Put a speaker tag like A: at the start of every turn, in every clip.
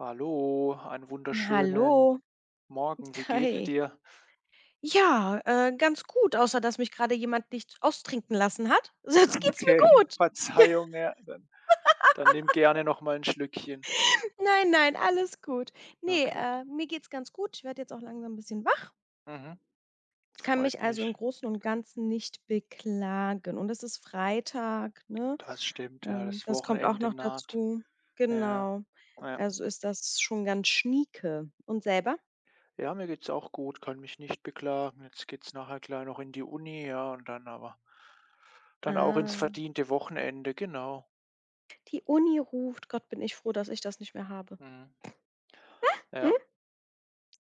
A: Hallo, einen
B: Hallo.
A: wunderschönen Morgen. Wie geht's
B: Hi.
A: dir?
B: Ja, Ganz gut, außer dass mich gerade jemand nicht austrinken lassen hat. Sonst geht's mir
A: Okay,
B: gut.
A: Verzeihung, ja, dann nimm gerne noch mal ein Schlückchen.
B: Nein, nein, alles gut. Ne,
A: Okay.
B: Mir geht's ganz gut. Ich werde jetzt auch langsam ein bisschen wach.
A: Mhm.
B: Ich kann mich
A: Freut
B: also im
A: mich.
B: Großen und Ganzen nicht beklagen. Und es ist Freitag, ne?
A: Das stimmt, ja, das
B: Das kommt auch
A: Wochenende
B: noch
A: naht.
B: dazu.
A: Ja,
B: Genau.
A: ja.
B: Also ist das schon ganz schnieke. Und selber?
A: Ja, mir geht's auch gut, kann mich nicht beklagen. Jetzt geht's nachher gleich noch in die Uni, ja, und dann aber dann auch ins
B: Ah,
A: verdiente Wochenende, genau.
B: die Uni ruft. Gott, bin ich froh, dass ich das nicht mehr habe.
A: Mhm.
B: Hm?
A: Ja,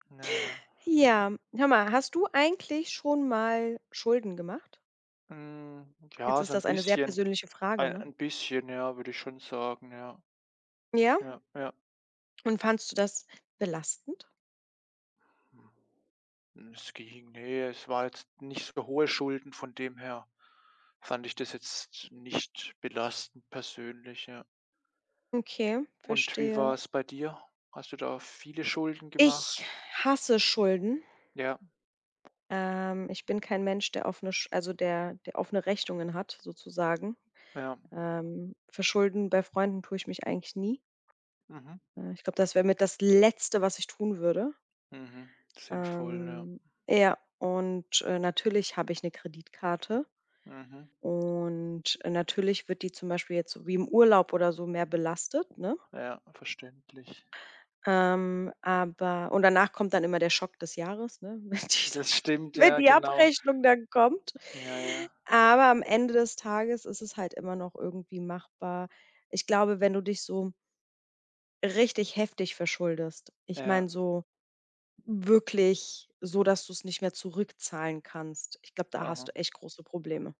A: naja. Ja.
B: Ja, hör mal, hast du eigentlich schon mal Schulden gemacht?
A: Hm,
B: Jetzt
A: ja,
B: ist
A: so ein
B: das eine sehr
A: bisschen.
B: persönliche Frage,
A: Ei
B: ne?
A: ein bisschen, ja, würde ich schon sagen, ja.
B: Ja?
A: Ja, ja.
B: Und fandst du das belastend?
A: Hm, es ging. Ne, es war jetzt nicht so hohe Schulden, von dem her fand ich das jetzt nicht belastend persönlich, ja.
B: Okay,
A: Und wie
B: verstehe.
A: war es bei dir? Hast du da viele Schulden
B: Ich
A: gemacht?
B: hasse Schulden.
A: Ja,
B: Ich bin kein Mensch, der offene, Sch also der offene Rechnungen hat, sozusagen.
A: ja.
B: Für Schulden bei Freunden tue ich mich eigentlich nie.
A: Mhm,
B: Ich glaube, das wäre mit das Letzte, was ich tun würde.
A: mhm. Sinnvoll, ja.
B: Ähm, Natürlich habe ich eine Kreditkarte.
A: Mhm.
B: Natürlich wird die zum Beispiel jetzt so wie im Urlaub oder so mehr belastet, ne?
A: Ja, verständlich.
B: Aber und danach kommt dann immer der Schock des Jahres, ne, wenn die
A: Das stimmt,
B: wenn
A: ja,
B: die
A: genau.
B: Abrechnung dann kommt.
A: Ja, ja,
B: Aber am Ende des Tages ist es halt immer noch irgendwie machbar. Ich glaube, wenn du dich so richtig heftig verschuldest, ich
A: ja.
B: meine so wirklich so, dass du es nicht mehr zurückzahlen kannst, ich glaube, da hast
A: Aha.
B: du echt große Probleme.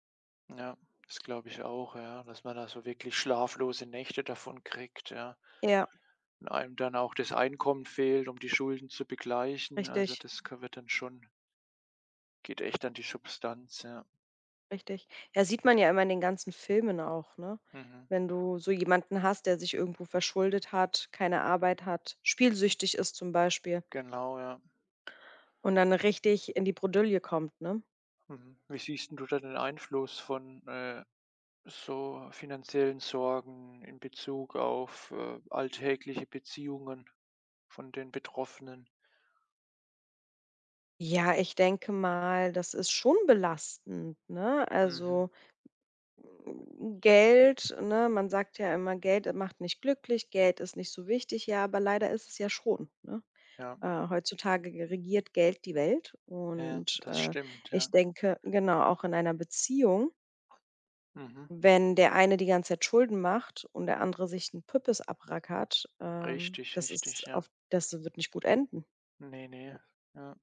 A: Ja, das glaube ich auch, ja, dass man da so wirklich schlaflose Nächte davon kriegt, ja.
B: Ja,
A: Und einem dann auch das Einkommen fehlt, um die Schulden zu begleichen. Also
B: richtig.
A: das wird dann schon, geht echt an die Substanz, ja.
B: Richtig. Ja, sieht man ja immer in den ganzen Filmen auch, ne?
A: Mhm.
B: Wenn du so jemanden hast, der sich irgendwo verschuldet hat, keine Arbeit hat, spielsüchtig ist zum Beispiel
A: Genau, ja.
B: und dann richtig in die Bredouille kommt, ne?
A: Mhm. Wie siehst denn du da den Einfluss von so finanziellen Sorgen in Bezug auf alltägliche Beziehungen von den Betroffenen?
B: Ja, ich denke mal, das ist schon belastend, ne?
A: Mhm.
B: Also mm, Geld, ne? Man sagt ja immer, Geld macht nicht glücklich, Geld ist nicht so wichtig, ja, aber leider ist es ja schon, ne?
A: Ja,
B: Heutzutage regiert Geld die Welt
A: ja,
B: und,
A: das stimmt,
B: ich
A: ja.
B: denke genau, auch in einer Beziehung,
A: Mhm.
B: wenn der eine die ganze Zeit Schulden macht und der andere sich 'n Püppis abrackert,
A: Richtig,
B: das ist
A: richtig, ja.
B: auf das wird nicht gut enden.
A: Ne, ne. Ja.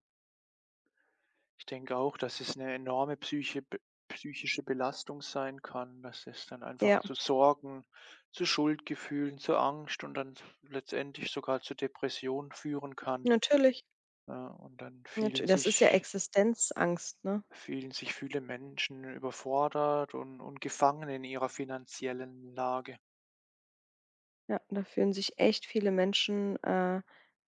A: Ich denke auch, dass es eine enorme psychische Belastung sein kann, dass es dann einfach
B: Ja,
A: zu Sorgen, zu Schuldgefühlen, zu Angst und dann letztendlich sogar zu Depressionen führen kann.
B: natürlich.
A: Ja, und dann
B: Natü das ist ja Existenzangst, ne?
A: fühlen sich viele Menschen überfordert und gefangen in ihrer finanziellen Lage.
B: Ja, da fühlen sich echt viele Menschen,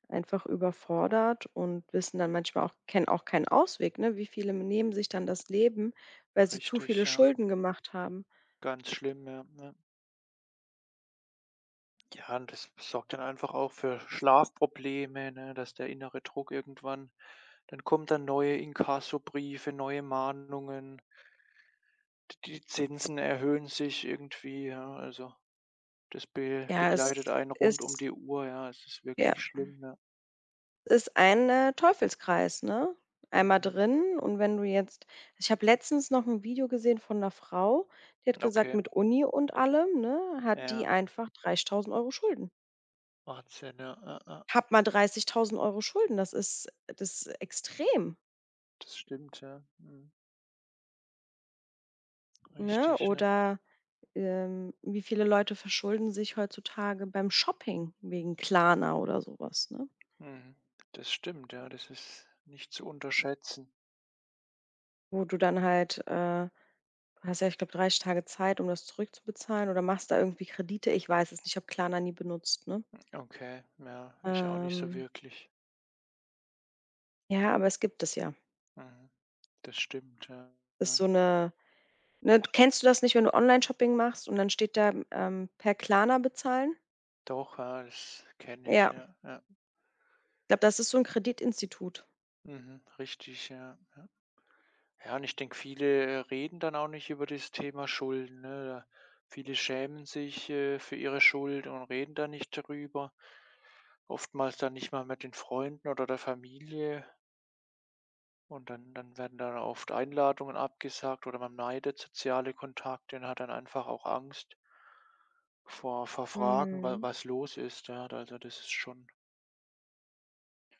B: einfach überfordert und wissen dann manchmal auch kennen auch keinen Ausweg, ne? Wie viele nehmen sich dann das Leben, weil sie zu
A: Richtig,
B: viele
A: ja.
B: Schulden gemacht haben.
A: Ganz schlimm, ja, ja. Ja, und das sorgt dann einfach auch für Schlafprobleme, ne, dass der innere Druck irgendwann dann kommen, dann neue Inkassobriefe, neue Mahnungen, die Zinsen erhöhen sich irgendwie, ja. Also, das be
B: Ja,
A: begleitet
B: es
A: einen rund um
B: ist
A: die Uhr, ja. Es ist
B: ja,
A: wirklich schlimm, ja.
B: ist ein, Teufelskreis, ne? Einmal
A: Mhm.
B: drin und wenn du jetzt ich habe letztens noch ein Video gesehen von einer Frau, die hat gesagt,
A: Okay,
B: mit Uni und allem, ne, hat die
A: ja.
B: einfach 30.000 Euro Schulden.
A: Wahnsinn, ja, ja, ja.
B: Hab mal 30.000 Euro Schulden, das ist extrem,
A: Das stimmt, ja. Mhm.
B: ne?
A: Richtig, ja.
B: Oder, wie viele Leute verschulden sich heutzutage beim Shopping wegen Klarna oder sowas, ne?
A: Mhm. Das stimmt, ja. Das ist nicht zu unterschätzen.
B: Wo du dann halt, hast ja, ich glaube, 30 Tage Zeit, um das zurückzubezahlen oder machst da irgendwie Kredite. Ich weiß es nicht, ich habe Klarna nie benutzt, ne?
A: Okay, ja, ich auch nicht so
B: Ähm,
A: wirklich.
B: ja, aber es gibt es ja.
A: Mhm. Das stimmt, ja,
B: Ist
A: ja.
B: so eine ne, kennst du das nicht, wenn du Online-Shopping machst und dann steht da, „Per Klarna bezahlen?“
A: Doch, ja, das kenne ich,
B: Ja,
A: ja, ja.
B: ich glaube, das ist so ein Kreditinstitut.
A: Mhm. Richtig, ja, ja. Ja, und ich denke, viele, reden dann auch nicht über das Thema Schulden, ne? Da viele schämen sich, für ihre Schuld und reden da nicht darüber. Oftmals dann nicht mal mit den Freunden oder der Familie und dann werden dann oft Einladungen abgesagt oder man meidet soziale Kontakte und hat dann einfach auch Angst vor Fragen, wa
B: Mhm.
A: was los ist, ja. Also, das ist schon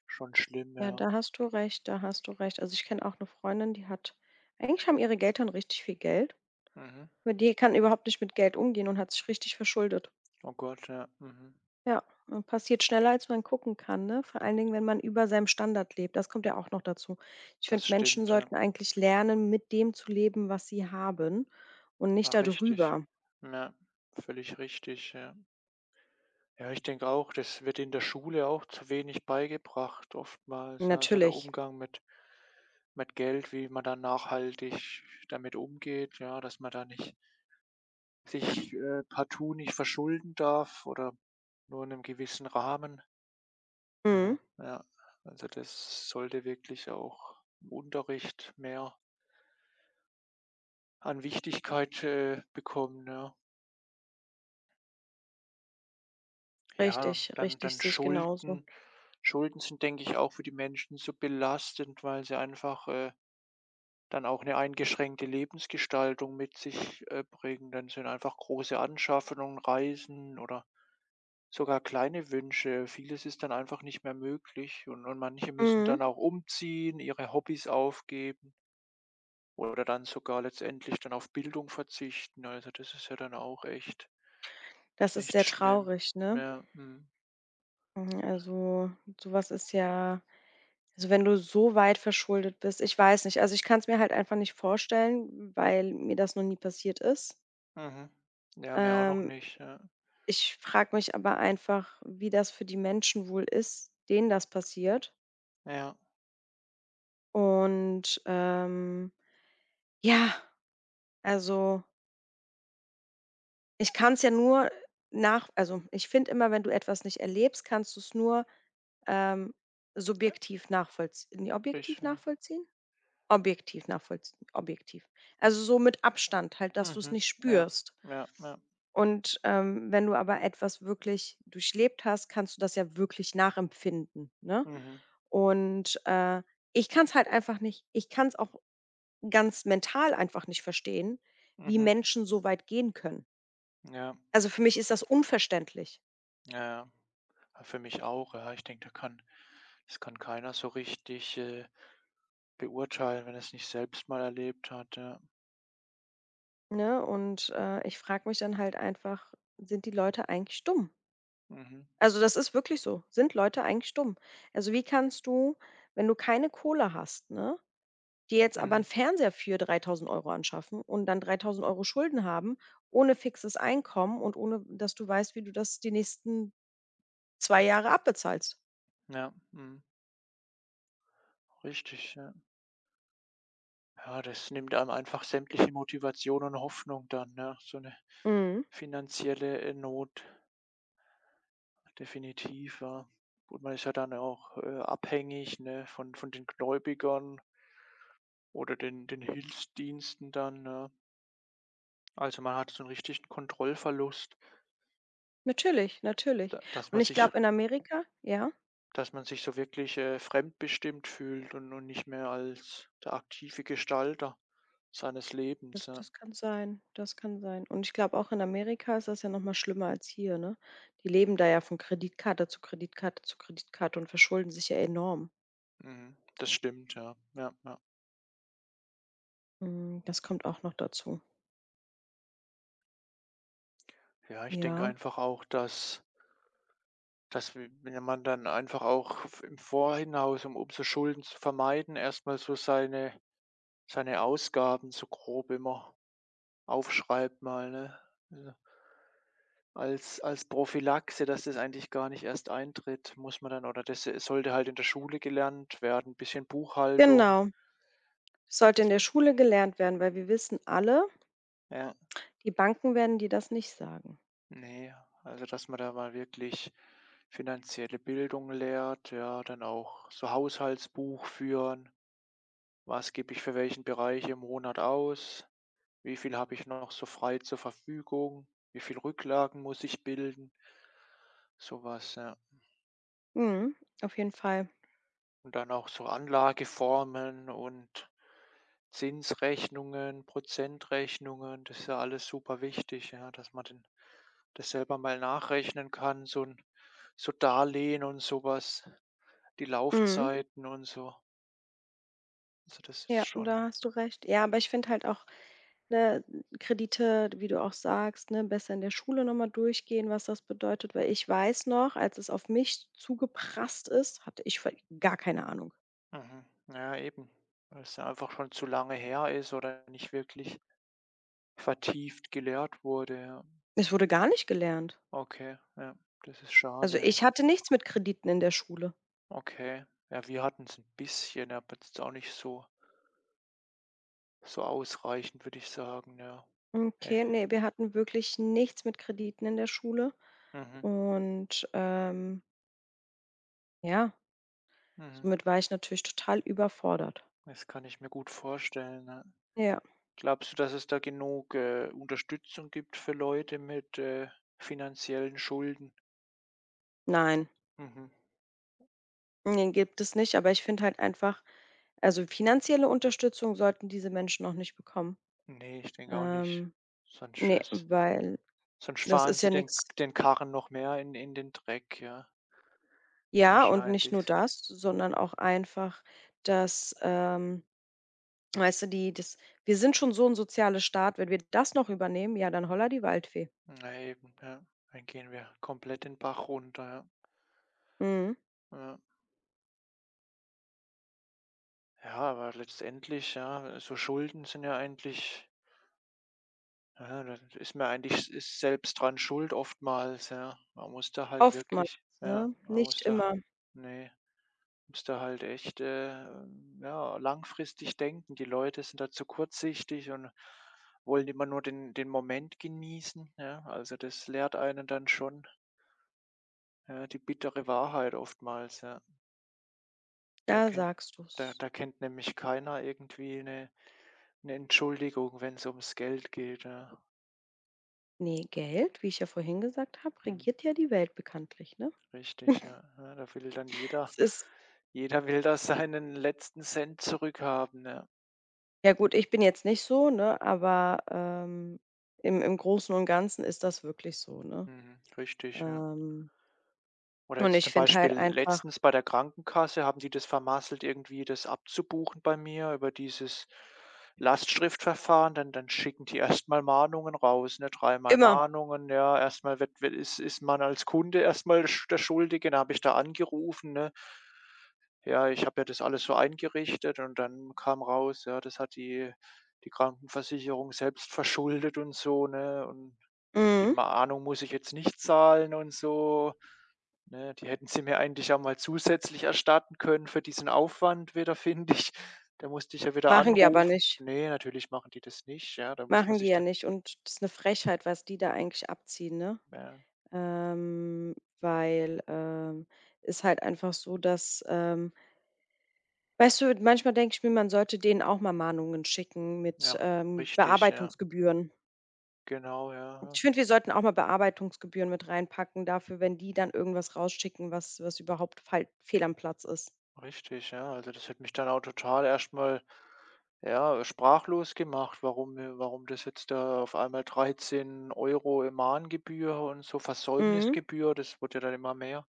A: schon schlimm,
B: Ja,
A: ja.
B: da hast du recht, da hast du recht. Also, ich kenne auch eine Freundin, die hat eigentlich haben ihre Eltern richtig viel Geld,
A: Mhm.
B: aber die kann überhaupt nicht mit Geld umgehen und hat sich richtig verschuldet.
A: Oh Gott, ja. Mhm.
B: Ja, und passiert schneller, als man gucken kann, ne? Vor allen Dingen, wenn man über seinem Standard lebt. Das kommt ja auch noch dazu. Ich finde,
A: Das
B: Menschen
A: stimmt, ja.
B: sollten eigentlich lernen, mit dem zu leben, was sie haben und nicht
A: Ach richtig.
B: darüber.
A: Ja, völlig richtig, ja. Ja, ich denke auch, das wird in der Schule auch zu wenig beigebracht oftmals, ja, so der
B: Natürlich.
A: Umgang mit Geld, wie man dann nachhaltig damit umgeht, ja, dass man da nicht sich, partout nicht verschulden darf oder nur in einem gewissen Rahmen.
B: Mhm.
A: Ja, ja. Also, das sollte wirklich auch im Unterricht mehr an Wichtigkeit, bekommen, ja. Ja,
B: Richtig,
A: dann
B: richtig,
A: dann
B: sehe ich genauso.
A: Schulden. Schulden sind, denke ich, auch für die Menschen so belastend, weil sie einfach, dann auch eine eingeschränkte Lebensgestaltung mit sich, bringen. Dann sind einfach große Anschaffungen, Reisen oder sogar kleine Wünsche. Vieles ist dann einfach nicht mehr möglich und manche müssen
B: Mhm.
A: dann auch umziehen, ihre Hobbys aufgeben oder dann sogar letztendlich dann auf Bildung verzichten. Also, das ist ja dann auch echt
B: Das ist
A: nicht
B: sehr
A: schlimm.
B: traurig, ne?
A: Ja, mhm.
B: Mhm, also, sowas ist ja also, wenn du so weit verschuldet bist ich weiß nicht. Also, ich kann es mir halt einfach nicht vorstellen, weil mir das noch nie passiert ist.
A: Mhm. Ja, mir auch noch
B: Ähm.
A: nicht, ja.
B: Ich frage mich aber einfach, wie das für die Menschen wohl ist, denen das passiert.
A: Ja,
B: Und, ähm, ja, also, ich kann es ja nur nach also, ich finde immer, wenn du etwas nicht erlebst, kannst du es nur, ähm,
A: ja,
B: subjektiv nachvollziehen.
A: ich
B: Objektiv
A: ja.
B: nachvollziehen? Objektiv nachvollziehen objektiv. Also, so mit Abstand halt, dass du es
A: Mhm.
B: nicht
A: Ja,
B: spürst.
A: ja, ja.
B: Wenn du aber etwas wirklich durchlebt hast, kannst du das ja wirklich nachempfinden, ne?
A: Mhm,
B: Und, äh, Ich kann es halt einfach nicht ich kann es auch ganz mental einfach nicht verstehen, wie
A: mhm.
B: Menschen so weit gehen können.
A: Ja,
B: Also, für mich ist das unverständlich,
A: ja, ja. Ah, für mich auch, ja. Ich denke, da kann das kann keiner so richtig, beurteilen, wenn er es nicht selbst mal erlebt hat, ja.
B: ne? Ich frage mich dann halt einfach: „Sind die Leute eigentlich dumm?“
A: Mhm,
B: Also, das ist wirklich so. Sind Leute eigentlich dumm? Also, wie kannst du, wenn du keine Kohle hast, ne, dir jetzt aber einen
A: mhm.
B: Fernseher für 3.000 Euro anschaffen und dann 3.000 Euro Schulden haben, ohne fixes Einkommen und ohne, dass du weißt, wie du das die nächsten 2 Jahre abbezahlst?
A: Ja, mhm. Richtig, ja. Ja, das nimmt einem einfach sämtliche Motivation und Hoffnung dann, ne? So eine
B: Mhm.
A: finanzielle, Not. Definitiv, ja. Gut, man ist ja dann auch, abhängig, ne, von den Gläubigern oder den Hilfsdiensten dann, ne? Also, man hat so einen richtigen Kontrollverlust,
B: Natürlich, natürlich.
A: da
B: Und ich glaube in Amerika ja,
A: dass man sich so wirklich, fremdbestimmt fühlt und nicht mehr als der aktive Gestalter seines Lebens,
B: das
A: ja.
B: das kann sein, das kann sein. Und ich glaube auch in Amerika ist das ja noch mal schlimmer als hier, ne? Die leben da ja von Kreditkarte zu Kreditkarte zu Kreditkarte und verschulden sich ja enorm.
A: Mhm. Das stimmt, ja. Ja, ja.
B: Hm, das kommt auch noch dazu.
A: Ja, ich denke
B: Ja,
A: einfach auch, dass dass w wenn man dann einfach auch v im Vorhinaus, um so Schulden zu vermeiden, erstmal so seine Ausgaben so grob immer aufschreibt mal, ne? Also, als Prophylaxe, dass das eigentlich gar nicht erst eintritt, muss man dann oder das sollte halt in der Schule gelernt werden, bisschen Buchhaltung.
B: genau. Das Sollte in der Schule gelernt werden, weil wir wissen alle,
A: Ja,
B: die Banken werden dir das nicht sagen.
A: ne, also, dass man da mal wirklich finanzielle Bildung lehrt, ja, dann auch so Haushaltsbuch führen. Was gebe ich für welchen Bereich im Monat aus? Wie viel habe ich noch so frei zur Verfügung? Wie viel Rücklagen muss ich bilden? Sowas ja.
B: Mhm, auf jeden Fall.
A: Und dann auch so Anlageformen und Zinsrechnungen, Prozentrechnungen, das ist ja alles super wichtig, ja, dass man den das selber mal nachrechnen kann, so 'n so Darlehen und sowas, die
B: Mhm.
A: Laufzeiten und so. Also, das ist
B: Ja, da
A: schon
B: hast du recht. Ja, aber ich finde halt auch, ne, Kredite, wie du auch sagst, ne, besser in der Schule nochmal durchgehen, was das bedeutet, weil ich weiß noch, als es auf mich zugeprasst ist, hatte ich voll- gar keine Ahnung.
A: mhm, ja eben, weil's ja einfach schon zu lange her ist oder nicht wirklich vertieft gelehrt wurde, ja.
B: Es wurde gar nicht gelernt.
A: Okay, ja, das ist
B: Also
A: schade, ja.
B: ich hatte nichts mit Krediten in der Schule.
A: Okay. Ja, wir hatten's 'n bisschen, aber jetzt auch nicht so so ausreichend, würde ich sagen, ja.
B: Okay, nee, wir hatten wirklich nichts mit Krediten in der Schule
A: Mhm,
B: und, ähm, ja,
A: mhm.
B: somit war ich natürlich total überfordert.
A: Das kann ich mir gut vorstellen, ja.
B: Ja.
A: Glaubst du, dass es da genug, Unterstützung gibt für Leute mit, finanziellen Schulden?
B: Nein,
A: Mhm.
B: den gibt es nicht, aber ich finde halt einfach also, finanzielle Unterstützung sollten diese Menschen noch nicht bekommen.
A: Ne, ich denke auch nicht.
B: Ähm,
A: Sonst
B: ne,
A: es
B: weil
A: Sonst
B: das
A: fahren
B: ist
A: sie
B: ja
A: den
B: nichts.
A: Karren noch mehr in den Dreck, ja,
B: Ja, und nicht nur
A: wahrscheinlich.
B: das, sondern auch einfach, dass, ähm, weißt du, die das wir sind schon so ein sozialer Staat, wenn wir das noch übernehmen, ja, dann Holla die Waldfee.
A: Na eben, ja. Dann gehen wir komplett den Bach runter,
B: Mhm.
A: ja. Ja. Ja, aber letztendlich, ja, so Schulden sind ja eigentlich ja, da ist man eigentlich s ist selbst dran schuld oftmals, ja. Man muss da halt
B: Oftmals,
A: wirklich ja,
B: ne?
A: man
B: Nicht
A: muss da
B: immer.
A: nee, muss da halt echt, ja, langfristig denken. Die Leute sind da zu kurzsichtig und wollen immer nur den Moment genießen, ja. Also, das lehrt einen dann schon, ja, die bittere Wahrheit oftmals, ja. Da
B: Da
A: kennt
B: sagst
A: da
B: du's.
A: da kennt nämlich keiner irgendwie eine Entschuldigung, wenn es ums Geld geht, ja.
B: Ne, Geld, wie ich ja vorhin gesagt habe,
A: Mhm,
B: regiert ja die Welt bekanntlich, ne?
A: richtig, ja. Ja, da will dann jeder
B: Es ist
A: will da seinen letzten Cent zurückhaben, ja.
B: ja gut, ich bin jetzt nicht so, ne, aber, im im Großen und Ganzen ist das wirklich so, ne?
A: Mhm, richtig, ja.
B: Ähm,
A: Oder
B: und
A: jetzt
B: ich
A: zum
B: finde
A: Beispiel
B: halt einfach
A: letztens bei der Krankenkasse haben die das vermasselt, irgendwie das abzubuchen bei mir über dieses Lastschriftverfahren. Dann schicken die erstmal Mahnungen raus, ne? Dreimal
B: immer,
A: Mahnungen, ja. Erstmal wird wird ist man als Kunde erstmal sch der Schuldige. Dann habe ich da angerufen, ne? Ja, ich habe ja das alles so eingerichtet und dann kam raus, ja, das hat die Krankenversicherung selbst verschuldet und so, ne? Und die
B: mhm,
A: Mahnung muss ich jetzt nicht zahlen und so. Ne, die hätten sie mir eigentlich ja mal zusätzlich erstatten können für diesen Aufwand wieder, finde ich. Da musste ich ja wieder
B: machen die aber
A: anrufen.
B: nicht.
A: Ne, natürlich machen die das nicht, ja. Da muss man
B: Machen die
A: sich
B: ja
A: dann
B: nicht und das ist 'ne Frechheit, was die da eigentlich abziehen, ne?
A: ja,
B: Ähm, weil, ähm, Ist halt einfach so, dass weißt du, manchmal denke ich mir, man sollte denen auch mal Mahnungen schicken mit,
A: ja, richtig, ja.
B: Bearbeitungsgebühren.
A: Genau, ja,
B: Ich
A: ja,
B: finde, wir sollten auch mal Bearbeitungsgebühren mit reinpacken dafür, wenn die dann irgendwas rausschicken, was was überhaupt fal fehl am Platz ist.
A: richtig, ja. Also, das hat mich dann auch total erstmal ja, sprachlos gemacht, warum warum das jetzt da auf einmal 13 € im Mahngebühr und so
B: Mhm,
A: Versäumnisgebühr, das wurde ja dann immer mehr.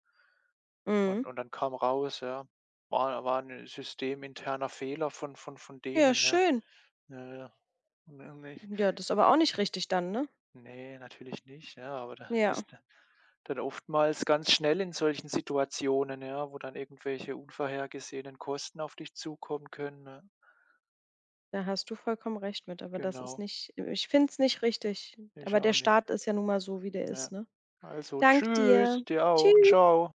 B: mhm.
A: Und dann kam raus, ja, war ein systeminterner Fehler von von
B: Ja,
A: denen, ja.
B: schön.
A: Ja, ja. Ne, ne,
B: Ja, das ist aber auch nicht richtig dann, ne?
A: ne, natürlich nicht, ja, aber da
B: Ja,
A: bist du dann oftmals ganz schnell in solchen Situationen, ja, wo dann irgendwelche unvorhergesehenen Kosten auf dich zukommen können, ja.
B: da hast du vollkommen recht mit, aber das ist
A: Genau,
B: nicht ich finde es nicht richtig.
A: ich
B: Aber der
A: auch nicht.
B: Staat ist ja nun mal so, wie der
A: Ja.
B: ist, ne?
A: Also,
B: Dank dir.
A: tschüss, dir
B: Tschüss.
A: auch. Ciao.